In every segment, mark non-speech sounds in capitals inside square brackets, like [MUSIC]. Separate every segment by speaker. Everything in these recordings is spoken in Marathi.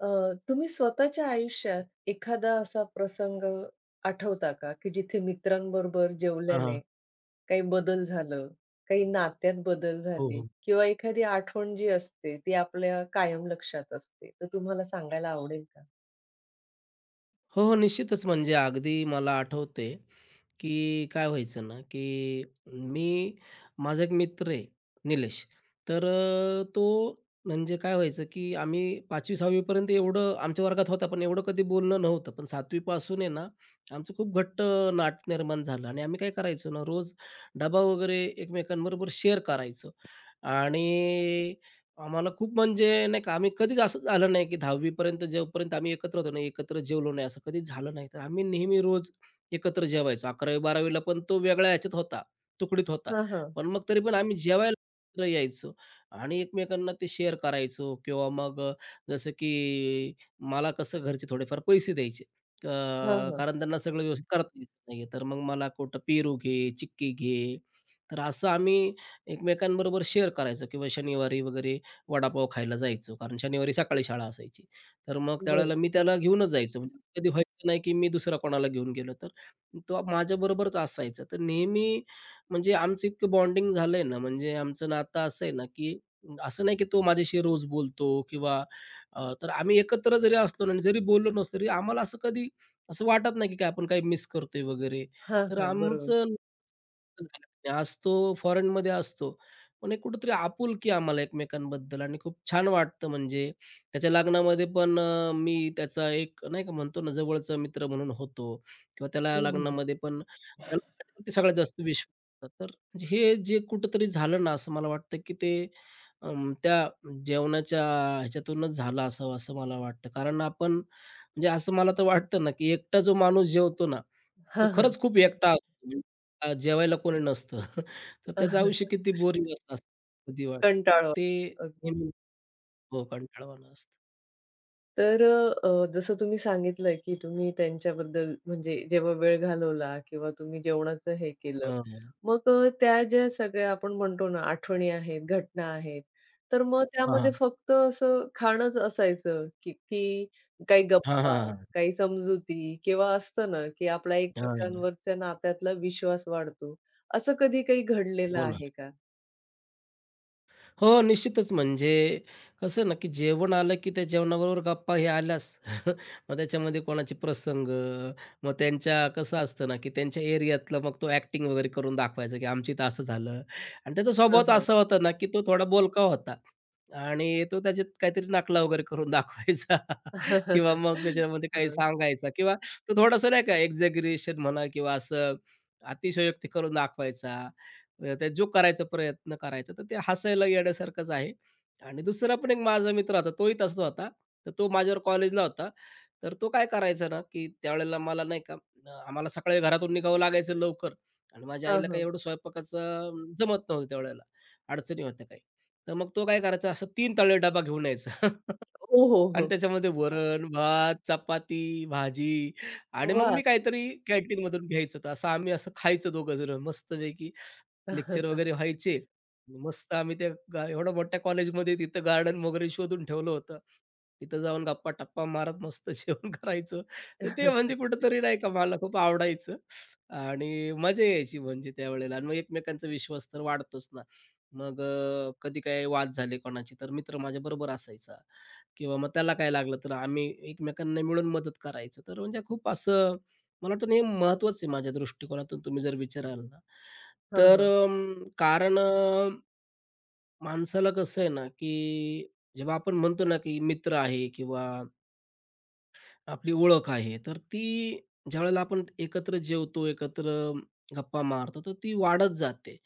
Speaker 1: अ, तुम्ही स्वतःच्या आयुष्यात एखादा असा प्रसंग आठवता का, की जिथे मित्रांबरोबर जेवल्याने
Speaker 2: हां,
Speaker 1: काही बदल झालं, काही नात्यात बदल
Speaker 2: हो,
Speaker 1: झाले
Speaker 2: हो.
Speaker 1: किंवा एखादी आठवण जी असते ती आपल्या कायम लक्षात असते. तर तुम्हाला सांगायला आवडेल का?
Speaker 2: हो, हो. निश्चितच म्हणजे अगदी मला आठवते, की काय व्हायचं ना, की मी माझा एक मित्र आहे निलेश. तर तो म्हणजे काय व्हायचं, की आम्ही 5वी-6वी पर्यंत एवढं आमच्या वर्गात होता, पण एवढं कधी बोलणं नव्हतं. पण 7वी पासून आहे ना, आमचं खूप घट्ट नातं निर्माण झालं आणि आम्ही काय करायचो ना, रोज डबा वगैरे एकमेकांबरोबर शेअर करायचो. आणि आम्हाला खूप म्हणजे नाही का, आम्ही कधीच असं झालं नाही, की 10वी पर्यंत आम्ही एकत्र होतो ना, एकत्र जेवलो नाही, असं कधीच झालं नाही. तर आम्ही नेहमी रोज एकत्र जेवायचो. 11वी-12वी ला पण तो वेगळ्या ह्याच्यात होता, तुकडीत होता.
Speaker 1: हां, हां.
Speaker 2: पण मग तरी पण आम्ही जेवायला एकत्र यायचो आणि एकमेकांना ते शेअर करायचो किंवा मग जसं की मला कसं घरचे थोडेफार पैसे द्यायचे. अ,
Speaker 1: हां, हां.
Speaker 2: कारण त्यांना सगळं व्यवस्थित करता यायचं नाहीये. तर मग मला कुठं पेरू घे, चिक्की घे. तर असं आम्ही एकमेकांबरोबर शेअर करायचो किंवा शनिवारी वगैरे वडापाव खायला जायचो. कारण शनिवारी सकाळी शाळा असायची. तर मग
Speaker 1: बरं.
Speaker 2: त्यावेळेला मी
Speaker 1: हां,
Speaker 2: त्याला घेऊनच जायचो. म्हणजे असं कधी व्हायचं नाही की मी दुसरा कोणाला घेऊन गेलो तर तो माझ्याबरोबरच असायचा. तर नेहमी म्हणजे आमचं इतकं बॉन्डिंग झालंय ना, म्हणजे आमचं नातं असं आहे ना, की असं नाही की तो माझ्याशी रोज बोलतो किंवा तर आम्ही एकत्र जरी असलो ना आणि जरी बोललो नसलो, तरी आम्हाला असं कधी वाटत नाही की काय आपण काही मिस करतोय वगैरे.
Speaker 1: हां,
Speaker 2: तर
Speaker 1: बरोबर.
Speaker 2: आमचं आज तो फॉरेनमध्ये असतो. पण एक कुठेतरी आपुलकी आम्हाला एकमेकांबद्दल आणि खूप छान वाटतं म्हणजे त्याच्या लग्नामध्ये पण मी त्याचा एक नाही का म्हणतो ना, जवळचा मित्र म्हणून होतो. किंवा त्याला
Speaker 1: हं, हं.
Speaker 2: लग्नामध्ये पण त्याला त्याच्यावरती सगळ्यात जास्त विश्वास होता. तर म्हणजे हे जे कुठेतरी झालं ना, असं मला वाटतं की ते त्या जेवणाच्या ह्याच्यातूनच झालं असावं, असं मला वाटतं. कारण आपण म्हणजे असं मला तर वाटतं ना, की एकटा जो माणूस जेवतो ना, तो
Speaker 1: हां, हां.
Speaker 2: खरंच खूप एकटा असतो. जेवायला कोणी नसतं. [LAUGHS] तर त्याचं
Speaker 1: हां,
Speaker 2: आयुष्य किती बोरिंग असतं, असं कधी वाटतं. तर ते नेहमी हो, कंटाळवाणं असतं.
Speaker 1: तर अ, अ, जसं तुम्ही सांगितलं, की तुम्ही त्यांच्याबद्दल म्हणजे जेव्हा वेळ घालवला किंवा तुम्ही जेवणाचं हे केलं.
Speaker 2: हां, हां.
Speaker 1: मग त्या ज्या सगळ्या आपण म्हणतो ना आठवणी आहेत, घटना आहेत. तर मग
Speaker 2: हां,
Speaker 1: त्यामध्ये
Speaker 2: हां.
Speaker 1: फक्त असं खाणंच असायचं, की की काही
Speaker 2: हां,
Speaker 1: गप्पा,
Speaker 2: हां, हां.
Speaker 1: काही समजुती किंवा असतं ना, की आपला एकमेकांवरच्या नात्यातला विश्वास वाढतो. असं कधी काही घडलेलं
Speaker 2: हो ना.
Speaker 1: आहे का?
Speaker 2: हो, निश्चितच. म्हणजे कसं ना, की जेवण आलं, की त्या जेवणाबरोबर गप्पा हे आल्याच. [LAUGHS] मग त्याच्यामध्ये कोणाचे प्रसंग, मग त्यांच्या कसं असतं ना, की त्यांच्या एरियातलं मग तो ॲक्टिंग वगैरे करून दाखवायचा, की आमच्या इथं असं झालं. आणि त्याचा
Speaker 1: हं,
Speaker 2: स्वभावच
Speaker 1: हं.
Speaker 2: असा होता ना, की तो थोडा बोलका होता आणि तो त्याच्यात काहीतरी नकला वगैरे करून दाखवायचा
Speaker 1: [LAUGHS]
Speaker 2: [LAUGHS] किंवा मग त्याच्यामध्ये काही
Speaker 1: हं,
Speaker 2: सांगायचा किंवा तो थोडासा नाही का एक्झॅगरेशन म्हणा किंवा असं अतिशयोक्ती करून दाखवायचा. त्या जो करायचा प्रयत्न करायचा, तर ते हसायला येण्यासारखंच आहे. आणि दुसरा पण एक माझा मित्र होता, तोही तसा होता. तर तो माझ्यावर कॉलेजला होता. तर तो काय करायचा ना, की त्यावेळेला मला नाही का आम्हाला सकाळी घरातून निघावं लागायचं लवकर आणि माझ्या
Speaker 1: हं,
Speaker 2: आईला काही
Speaker 1: हं.
Speaker 2: एवढं स्वयंपाकाचं जमत नव्हतं त्यावेळेला, अडचणी होत्या काही. तर मग तो काय करायचा, असं 3 तळलेला डबा घेऊन यायचा
Speaker 1: हो,
Speaker 2: [LAUGHS]
Speaker 1: हो,
Speaker 2: आणि
Speaker 1: हो.
Speaker 2: त्याच्यामध्ये वरण, भात, चपाती, भाजी आणि मग
Speaker 1: वाह!
Speaker 2: मी काहीतरी कॅन्टीनमधून घ्यायचं. तर असं आम्ही असं खायचं दोघं जण मस्तपैकी लेक्चर वगैरे
Speaker 1: [LAUGHS]
Speaker 2: व्हायचे. मस्त आम्ही त्या एवढ्या मोठ्या कॉलेजमध्ये तिथं गार्डन वगैरे शोधून ठेवलं होतं. तिथं जाऊन गप्पा-टप्पा मारत मस्त जेवण [LAUGHS] करायचो. तर ते म्हणजे कुठेतरी नाही का मला खूप आवडायचं आणि मजा यायची म्हणजे त्यावेळेला आणि मग एकमेकांचा विश्वास तर वाढतोच ना. मग कधी काही वाद झाले कोणाचे तर मित्र माझ्याबरोबर असायचा किंवा मग त्याला काय लागलं तर आम्ही एकमेकांना मिळून मदत करायचो. तर म्हणजे खूप असं मला वाटतं हे महत्त्वाचं आहे माझ्या दृष्टिकोनातून तुम्ही जर विचाराल ना.
Speaker 1: हां,
Speaker 2: तर
Speaker 1: हां.
Speaker 2: कारण माणसाला कसं आहे ना, की जेव्हा आपण म्हणतो ना, की मित्र आहे किंवा आपली ओळख आहे, तर ती ज्यावेळेला आपण एकत्र जेवतो, एकत्र गप्पा मारतो, तर ती वाढत जाते.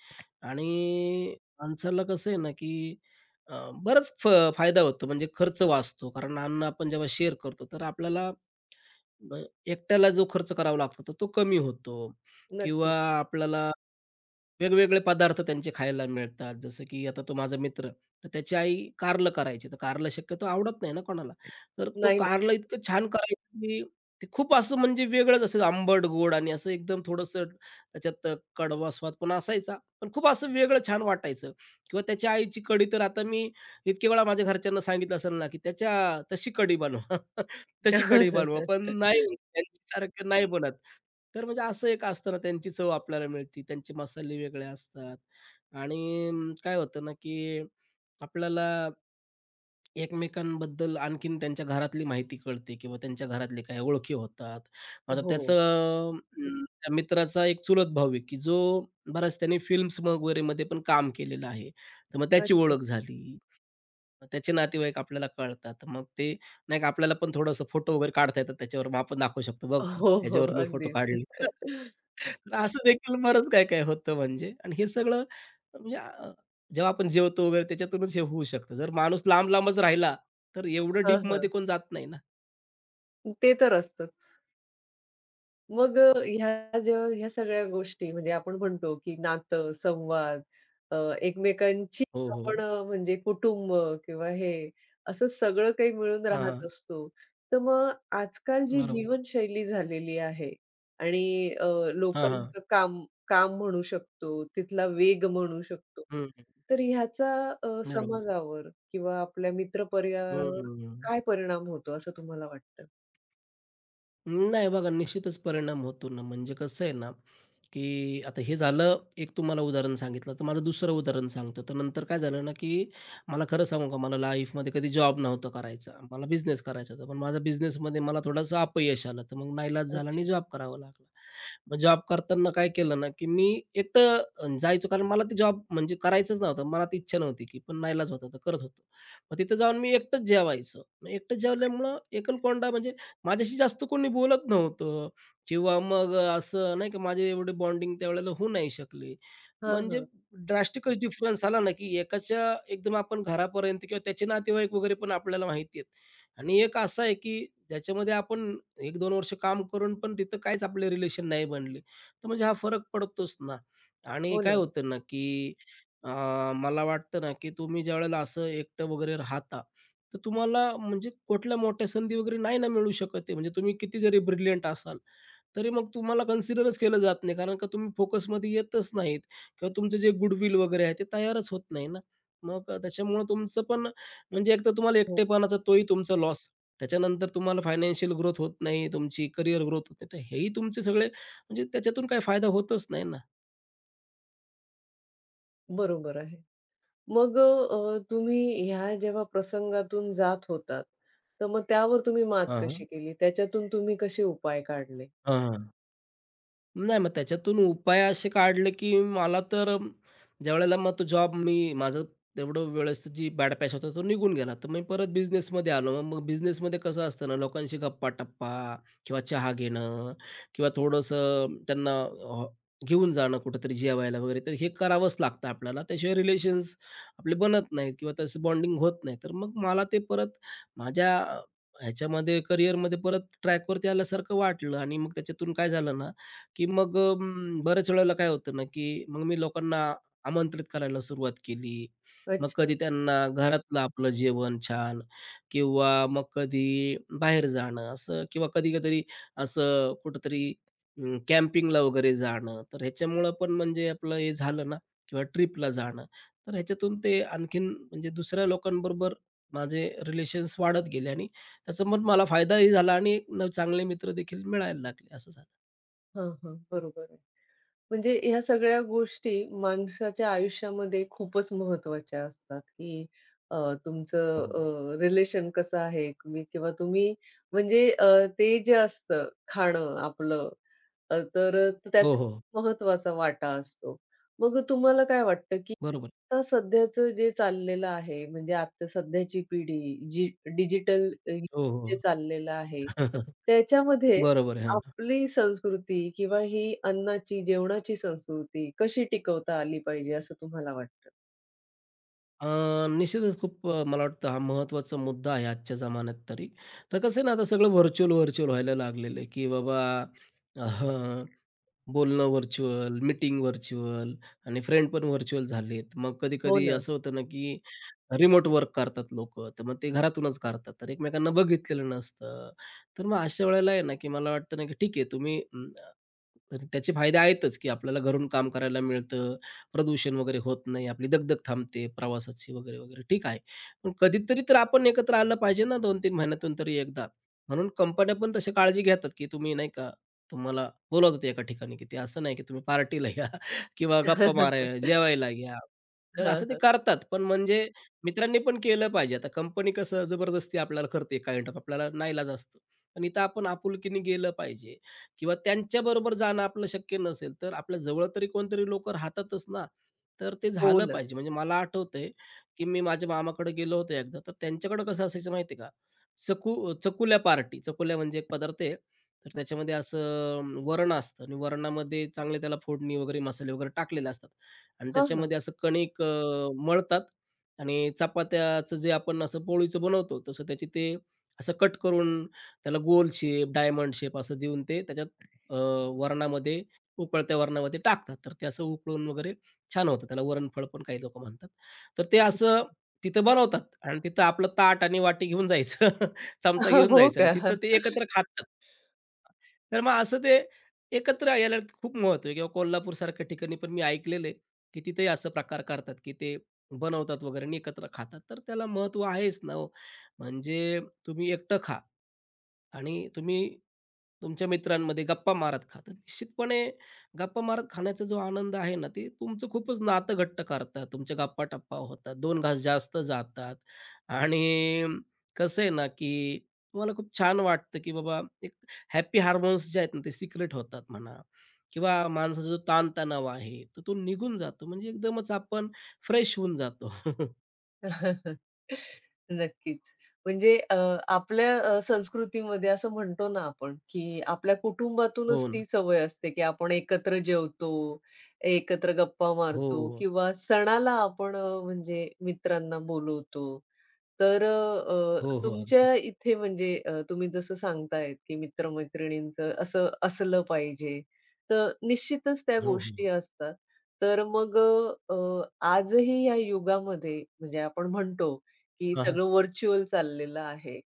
Speaker 2: आणि माणसाला कसं आहे ना, की अ, बराच फायदा होतो म्हणजे खर्च वाचतो. कारण अन्न आपण जेव्हा शेअर करतो, तर आपल्याला अ, एकट्याला जो खर्च करावा लागतो, तर तो कमी होतो किंवा
Speaker 1: नक्की.
Speaker 2: आपल्याला वेगवेगळे पदार्थ त्यांचे खायला मिळतात. जसं की आता तो माझा मित्र, तर त्याची आई कारलं करायची. तर कारलं शक्यतो आवडत नाही ना कोणाला. तर तो
Speaker 1: नाही ना.
Speaker 2: कारलं इतकं छान करायचं, की ते खूप असं म्हणजे वेगळंच असं आंबट, गोड आणि असं एकदम थोडंसं त्याच्यात कडवा स्वाद पण असायचा. पण खूप असं वेगळं छान वाटायचं किंवा त्याच्या आईची कढी तर आता मी इतके वेळा माझ्या घरच्यांना सांगितलं असेल ना, की त्याच्या तशी कढी बनवा, [LAUGHS] तशी कढी बनवा.
Speaker 1: [LAUGHS]
Speaker 2: पण नाही, त्यांच्यासारखं नाही बनत. तर म्हणजे असं एक असतं ना, त्यांची चव आपल्याला मिळते. त्यांचे मसाले वेगळे असतात आणि काय होतं ना, की आपल्याला एकमेकांबद्दल आणखीन त्यांच्या घरातली माहिती कळते किंवा त्यांच्या घरातले काही ओळखी होतात. आता
Speaker 1: हो.
Speaker 2: त्याचं अं, त्या मित्राचा एक चुलत भाऊ आहे, की जो बराच त्याने फिल्म्स वगैरेमध्ये पण काम केलेलं आहे. तर मग त्याची
Speaker 1: अच्छा.
Speaker 2: ओळख झाली. मग त्याचे नातेवाईक आपल्याला कळतात. तर मग ते नाही का आपल्याला पण थोडंसं फोटो वगैरे काढता येतात त्याच्यावर. मग आपण दाखवू शकतो, "बघ,
Speaker 1: हो, हो.
Speaker 2: ह्याच्यावर मी फोटो
Speaker 1: अगदीच.
Speaker 2: काढले." तर असं देखील बरंच काय-काय होतं म्हणजे आणि हे सगळं म्हणजे जेव्हा आपण जेवतो वगैरे त्याच्यातूनच हे होऊ शकतं. जर माणूस लांब-लांबच राहिला, तर एवढं
Speaker 1: हां,
Speaker 2: डीपमध्ये
Speaker 1: हां.
Speaker 2: कोण जात नाही ना.
Speaker 1: ते तर असतंच. मग ह्या जेव्हा ह्या सगळ्या गोष्टी म्हणजे आपण म्हणतो, की नातं, संवाद अ, एकमेकांची
Speaker 2: हो, हो.
Speaker 1: आपण म्हणजे कुटुंब किंवा हे असं सगळं काही मिळून
Speaker 2: हां, हां.
Speaker 1: राहत असतो. तर मग आजकाल जी
Speaker 2: बरोबर.
Speaker 1: जीवनशैली झालेली आहे आणि
Speaker 2: हां, हां.
Speaker 1: लोकांचं काम काम म्हणू शकतो, तिथला वेग म्हणू शकतो.
Speaker 2: हं, हं.
Speaker 1: तर ह्याचा
Speaker 2: बरोबर आहे.
Speaker 1: समाजावर किंवा आपल्या मित्र परिवारावर
Speaker 2: हं,
Speaker 1: काय परिणाम होतो असं तुम्हाला वाटतं?
Speaker 2: नाही बघा, निश्चितच परिणाम होतो ना. म्हणजे कसं आहे ना, की आता हे झालं एक तुम्हाला उदाहरण सांगितलं, तर माझं दुसरं उदाहरण सांगतो. तर नंतर काय झालं ना, की मला खरं सांगू का, मला लाईफमध्ये कधी जॉब नव्हता करायचा. मला बिझनेस करायचा होता. पण माझा बिझनेसमध्ये मला थोडंसं अपयश आलं. तर मग नाईलाज झाला आणि
Speaker 1: अच्छा.
Speaker 2: जॉब करावा लागला. मग जॉब करताना काय केलं ना, की मी एकटं जायचो कारण मला ते जॉब म्हणजे करायचंच नव्हतं. मनात इच्छा नव्हती, की पण नाईलाज होता तर करत होतो. मग तिथं जाऊन मी एकटंच जेवायचो. मग एकटं जेवल्यामुळं एकलकोंडा म्हणजे माझ्याशी जास्त कोणी बोलत नव्हतं किंवा मग असं नाही का माझे एवढे बॉन्डिंग त्यावेळेला होऊ नाही शकले.
Speaker 1: हां,
Speaker 2: म्हणजे
Speaker 1: हां.
Speaker 2: ड्रास्टिकच डिफरन्स आला ना, की एकाच्या एकदम आपण घरापर्यंत किंवा त्याचे नातेवाईक वगैरे पण आपल्याला माहिती आहेत. आणि एक असा आहे, की ज्याच्यामध्ये आपण 1-2 वर्ष काम करून पण तिथं काहीच आपले रिलेशन नाही बनले. तर म्हणजे हा फरक पडतोच ना. आणि
Speaker 1: हो
Speaker 2: काय
Speaker 1: ना.
Speaker 2: होतं ना, की अ, मला वाटतं ना, की तुम्ही ज्यावेळेला असं एकटं वगैरे राहता, तर तुम्हाला म्हणजे कुठल्या मोठ्या संधी वगैरे नाही ना मिळू शकत आहे. म्हणजे तुम्ही किती जरी ब्रिलियंट असाल. तरी मग तुम्हाला कन्सिडरच केलं जात नाही. कारण का तुम्ही फोकसमध्ये येतच नाहीत किंवा तुमचं जे गुडविल वगैरे आहे ते तयारच होत नाही ना. मग त्याच्यामुळं तुमचं पण म्हणजे एकतर तुम्हाला
Speaker 1: हो,
Speaker 2: एकटेपणाचा तोही तुमचा लॉस. त्याच्यानंतर तुम्हाला फायनान्शियल ग्रोथ होत नाही, तुमची करियर ग्रोथ होत नाही. तर हेही तुमचे सगळे म्हणजे त्याच्यातून काही फायदा होतच नाही ना.
Speaker 1: बरोबर आहे. मग तुम्ही ह्या जेव्हा प्रसंगातून जात होतात, तर मग त्यावर तुम्ही मात
Speaker 2: हां, हां.
Speaker 1: कशी केली? त्याच्यातून तुम्ही कसे उपाय काढले?
Speaker 2: हां, हां. नाही, मग त्याच्यातून उपाय असे काढले, की मला तर ज्यावेळेला मग तो जॉब मी माझं तेवढं वेळेस जी बॅड पॅच होता तो निघून गेला. तर मी परत बिझनेसमध्ये आलो. मग बिझनेसमध्ये कसं असतं ना, लोकांशी गप्पा-टप्पा किंवा चहा घेणं किंवा थोडंसं त्यांना घेऊन जाणं कुठेतरी जेवायला वगैरे. तर हे करावंच लागतं आपल्याला. त्याशिवाय रिलेशन्स आपले बनत नाहीत किंवा तसं बॉन्डिंग होत नाही. तर मग मला ते परत माझ्या ह्याच्यामध्ये करिअरमध्ये परत ट्रॅकवरती आल्यासारखं वाटलं आणि मग त्याच्यातून काय झालं ना, की मग बऱ्याच वेळेला काय होतं ना, की मग मी लोकांना आमंत्रित करायला सुरुवात केली. मग
Speaker 1: अच्छा.
Speaker 2: कधी त्यांना घरातलं आपलं जेवण छान किंवा मग कधी बाहेर जाणं असं किंवा कधी-कधी असं कुठेतरी कॅम्पिंगला वगैरे जाणं. तर ह्याच्यामुळं पण म्हणजे आपलं हे झालं ना किंवा ट्रिपला जाणं. तर ह्याच्यातून ते आणखीन म्हणजे दुसऱ्या लोकांबरोबर माझे रिलेशन्स वाढत गेले आणि त्याचा मग मला फायदाही झाला आणि एक न चांगले मित्र देखील मिळायला लागले. असं झालं.
Speaker 1: हां, हां. बरोबर. म्हणजे ह्या सगळ्या गोष्टी माणसाच्या आयुष्यामध्ये खूपच महत्त्वाच्या असतात, की अ,
Speaker 2: हो.
Speaker 1: तुमचं रिलेशन कसं आहे तुम्ही किंवा तुम्ही म्हणजे ते जे असतं खाणं आपलं तर
Speaker 2: हो,
Speaker 1: त्याचा
Speaker 2: हो.
Speaker 1: महत्त्वाचा वाटा असतो. मग तुम्हाला काय वाटतं, आता
Speaker 2: बरोबर.
Speaker 1: सध्याचं जे चाललेलं आहे, म्हणजे आता सध्याची पिढी जी डिजिटल
Speaker 2: हो,
Speaker 1: जे
Speaker 2: हो.
Speaker 1: चाललेलं आहे,
Speaker 2: [LAUGHS]
Speaker 1: त्याच्यामध्ये
Speaker 2: बरोबर आहे. हां.
Speaker 1: आपली संस्कृती किंवा ही अन्नाची, जेवणाची संस्कृती कशी टिकवता आली पाहिजे असं तुम्हाला वाटतं?
Speaker 2: अ, निश्चितच खूप मला वाटतं हा महत्त्वाचा मुद्दा आहे आजच्या जमान्यात तरी. तर कसं आहे ना आता सगळं व्हर्चुअल व्हायला लागलेलं आहे, की बाबा अ, बोलणं व्हर्चुअल, मीटिंग व्हर्चुअल आणि फ्रेंड पण व्हर्चुअल झालेत. मग
Speaker 1: हो
Speaker 2: कधी-कधी
Speaker 1: ना.
Speaker 2: असं होतं ना, की रिमोट वर्क करतात लोकं. तर मग ते घरातूनच करतात. तर एकमेकांना बघितलेलं नसतं. तर मग अशा वेळेला आहे ना, की मला वाटतं ना, की ठीक आहे तुम्ही तर त्याचे फायदे आहेतच, की आपल्याला घरून काम करायला मिळतं. प्रदूषण वगैरे होत नाही, आपली दगदग थांबते प्रवासाची वगैरे, वगैरे. ठीक आहे. पण कधीतरी तर आपण एकत्र आलं पाहिजे ना दोन तीन महिन्यातून तरी एकदा. म्हणून कंपन्या पण तशी काळजी घेतात, की तुम्ही नाही का तुम्हाला बोलावतात एका ठिकाणी, की ते असं नाही की तुम्ही पार्टीला या [LAUGHS] किंवा गप्पा
Speaker 1: [LAUGHS]
Speaker 2: मारायला, जेवायला या. तर
Speaker 1: हां,
Speaker 2: असं ते
Speaker 1: हां.
Speaker 2: करतात. पण म्हणजे मित्रांनी पण केलं पाहिजे. आता कंपनी कसं जबरदस्ती आपल्याला करते काइंड ऑफ आपल्याला नाईलाज असतो. पण इथं आपण आपुलकीने गेलं पाहिजे. किंवा त्यांच्याबरोबर जाणं आपलं शक्य नसेल, तर आपल्या जवळ तरी कोणतरी लोकं राहतातच ना, तर ते
Speaker 1: हो
Speaker 2: झालं
Speaker 1: ना.
Speaker 2: पाहिजे. म्हणजे मला आठवतंय, की मी माझ्या मामाकडे गेलो होतो एकदा, तर त्यांच्याकडं कसं असायचं माहिती का? चकुल्या पार्टी, चकुल्या म्हणजे एक पदार्थ आहे, तर त्याच्यामध्ये असं वरण असतं आणि वरणामध्ये चांगले त्याला फोडणी वगैरे, मसाले वगैरे टाकलेले असतात आणि
Speaker 1: हां, हां.
Speaker 2: त्याच्यामध्ये असं कणिक मळतात आणि चपात्याचं जे आपण असं पोळीचं बनवतो, तसं त्याची ते असं कट करून त्याला गोल शेप, डायमंड शेप असं देऊन ते त्याच्यात अ, वरणामध्ये उकळत्या वरणामध्ये टाकतात. तर ते असं उकळून वगैरे छान होतं. त्याला वरणफळ पण काही लोकं म्हणतात. तर ते असं
Speaker 1: [LAUGHS]
Speaker 2: तिथं बनवतात आणि तिथं आपलं ताट आणि वाटी घेऊन जायचं. [LAUGHS] चमचा घेऊन
Speaker 1: हो
Speaker 2: जायचं आणि
Speaker 1: का?
Speaker 2: तिथं ते एकत्र खातात. तर मग असं ते एकत्र यायला खूप महत्त्व आहे किंवा कोल्हापूरसारख्या ठिकाणी पण मी ऐकलेलं की तिथेही असं प्रकार करतात, की ते बनवतात वगैरे आणि एकत्र खातात. तर त्याला महत्त्व आहेच ना हो. म्हणजे तुम्ही एकटं खा. आणि तुम्ही तुमच्या मित्रांमध्ये गप्पा मारत खा, तर निश्चितपणे गप्पा मारत खाण्याचा जो आनंद आहे ना, ते तुमचं खूपच नातं घट्ट करतात. तुमच्या गप्पा-टप्पा होतात, 2 घास जास्त जातात आणि कसं आहे ना, की तुम्हाला खूप छान वाटतं, की बाबा एक हॅपी हार्मोन्स जे आहेत ना, ते सिक्रेट होतात म्हणा किंवा माणसाचा जो ताणतणाव आहे, तर तो निघून जातो. म्हणजे एकदमच आपण फ्रेश होऊन जातो. [LAUGHS]
Speaker 1: [LAUGHS] नक्कीच. म्हणजे आपल्या संस्कृतीमध्ये असं म्हणतो ना आपण, की आपल्या
Speaker 2: हो
Speaker 1: कुटुंबातूनच
Speaker 2: ना.
Speaker 1: ती सवय असते, की आपण एकत्र जेवतो, एकत्र गप्पा मारतो
Speaker 2: हो.
Speaker 1: किंवा सणाला आपण म्हणजे मित्रांना बोलवतो तर अ, अ,
Speaker 2: हो, हो. अगदी.
Speaker 1: तुमच्या इथे म्हणजे तुम्ही जसं सांगतायत, की मित्र-मैत्रिणींचं असं असलं पाहिजे. तर निश्चितच त्या
Speaker 2: हो, हो.
Speaker 1: गोष्टी असतात. तर मग अ, अ, आजही या युगामध्ये म्हणजे आपण म्हणतो, की
Speaker 2: हां, हां.
Speaker 1: सगळं व्हर्चुअल चाललेलं आहे.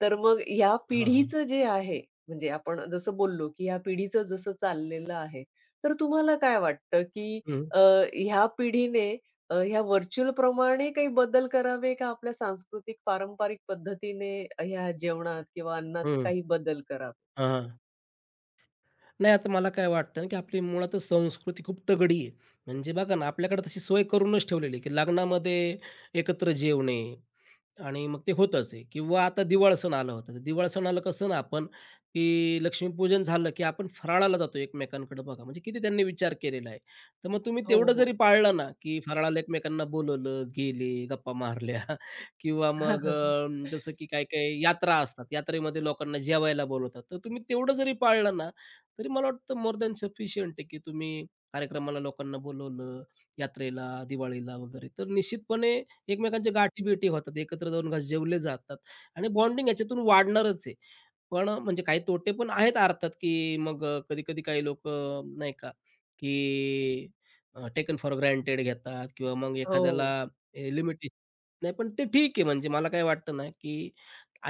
Speaker 1: तर मग या
Speaker 2: हां, हां.
Speaker 1: पिढीचं जे आहे, म्हणजे आपण जसं बोललो, की या पिढीचं जसं चाललेलं आहे, तर तुम्हाला काय वाटतं, की
Speaker 2: हं,
Speaker 1: अ, ह्या पिढीने ह्या व्हर्चुअल प्रमाणे काही बदल करावे का आपल्या सांस्कृतिक पारंपरिक पद्धतीने ह्या जेवणात किंवा अन्नात
Speaker 2: हं.
Speaker 1: काही बदल करावे?
Speaker 2: हां, हां. नाही आता मला काय वाटतं ना, की आपली मुळातच संस्कृती खूप तगडी आहे. म्हणजे बघा ना, आपल्याकडे तशी सोय करूनच ठेवलेली आहे, की लग्नामध्ये एकत्र जेवणे आणि मग ते होतच आहे किंवा आता दिवाळ सण आला होता. तर दिवाळ सणाला कसं ना आपण, की लक्ष्मीपूजन झालं, की आपण फराळाला जातो एकमेकांकडे बघा. म्हणजे किती त्यांनी विचार केलेला आहे. तर मग तुम्ही
Speaker 1: हो,
Speaker 2: तेवढं
Speaker 1: हो.
Speaker 2: जरी पाळलं ना, की फराळाला एकमेकांना बोलवलं, गेले, गप्पा मारल्या [LAUGHS] किंवा मग
Speaker 1: [LAUGHS]
Speaker 2: जसं की काही-काही यात्रा असतात. यात्रेमध्ये लोकांना जेवायला बोलवतात. तर तुम्ही तेवढं जरी पाळलं ना, तरी मला वाटतं मोर दॅन सफिशियंट आहे, की तुम्ही कार्यक्रमाला लोकांना बोलवलं, यात्रेला, दिवाळीला वगैरे. तर निश्चितपणे एकमेकांचे गाठी-बिठी होतात, एकत्र 2 घास जेवले जातात आणि बॉन्डिंग याच्यातून वाढणारच आहे. पण म्हणजे काही तोटे पण आहेत अर्थात, की मग कधी-कधी काही लोकं नाही का, की टेकन फॉर ग्रांटेड घेतात किंवा मग एखाद्याला
Speaker 1: हो.
Speaker 2: लिमिटेशन नाही, पण ते ठीक आहे. म्हणजे मला काय वाटतं ना, की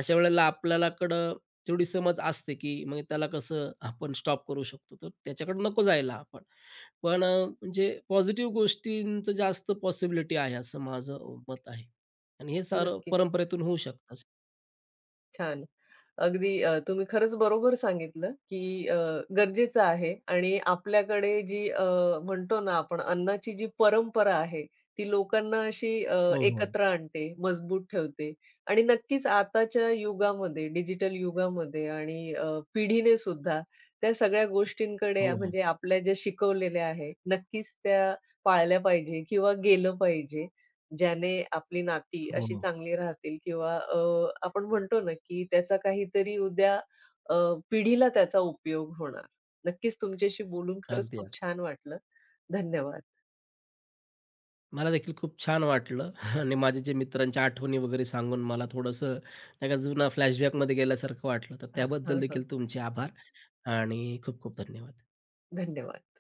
Speaker 2: अशा वेळेला आपल्यालाकडं तेवढी समज असते, की मग त्याला कसं आपण स्टॉप करू शकतो. तर त्याच्याकडे नको जायला आपण. पण म्हणजे पॉझिटिव्ह गोष्टींचं जास्त पॉसिबिलिटी आहे असं माझं मत आहे आणि हे सारं
Speaker 1: नक्कीच.
Speaker 2: परंपरेतून होऊ शकतं.
Speaker 1: छान. अगदी तुम्ही खरंच बरोबर सांगितलं, की गरजेचं आहे आणि आपल्याकडे जी म्हणतो ना आपण अन्नाची जी परंपरा आहे, ती लोकांना अशी
Speaker 2: हो, हो.
Speaker 1: एकत्र आणते, मजबूत ठेवते आणि नक्कीच आताच्या युगामध्ये, डिजिटल युगामध्ये आणि पिढीने सुद्धा त्या सगळ्या गोष्टींकडे
Speaker 2: हो, हो.
Speaker 1: म्हणजे आपल्या ज्या शिकवलेल्या आहे, नक्कीच त्या पाळल्या पाहिजे किंवा गेलं पाहिजे. ज्याने आपली नाती
Speaker 2: हो,
Speaker 1: अशी
Speaker 2: हो.
Speaker 1: चांगली राहतील किंवा आपण म्हणतो ना, की त्याचा काहीतरी उद्या अ, पिढीला त्याचा उपयोग होणार. नक्कीच तुमच्याशी बोलून खरंच
Speaker 2: अगदी,
Speaker 1: खूप
Speaker 2: अगदी.
Speaker 1: छान वाटलं. धन्यवाद.
Speaker 2: मला देखील खूप छान वाटलं [LAUGHS] आणि माझे जे मित्रांच्या आठवणी वगैरे सांगून मला थोडंसं नाही का जुना फ्लॅशबॅकमध्ये गेल्यासारखं वाटलं. तर त्याबद्दल
Speaker 1: हं, हं.
Speaker 2: देखील तुमचे आभार आणि खूप खूप धन्यवाद.
Speaker 1: धन्यवाद.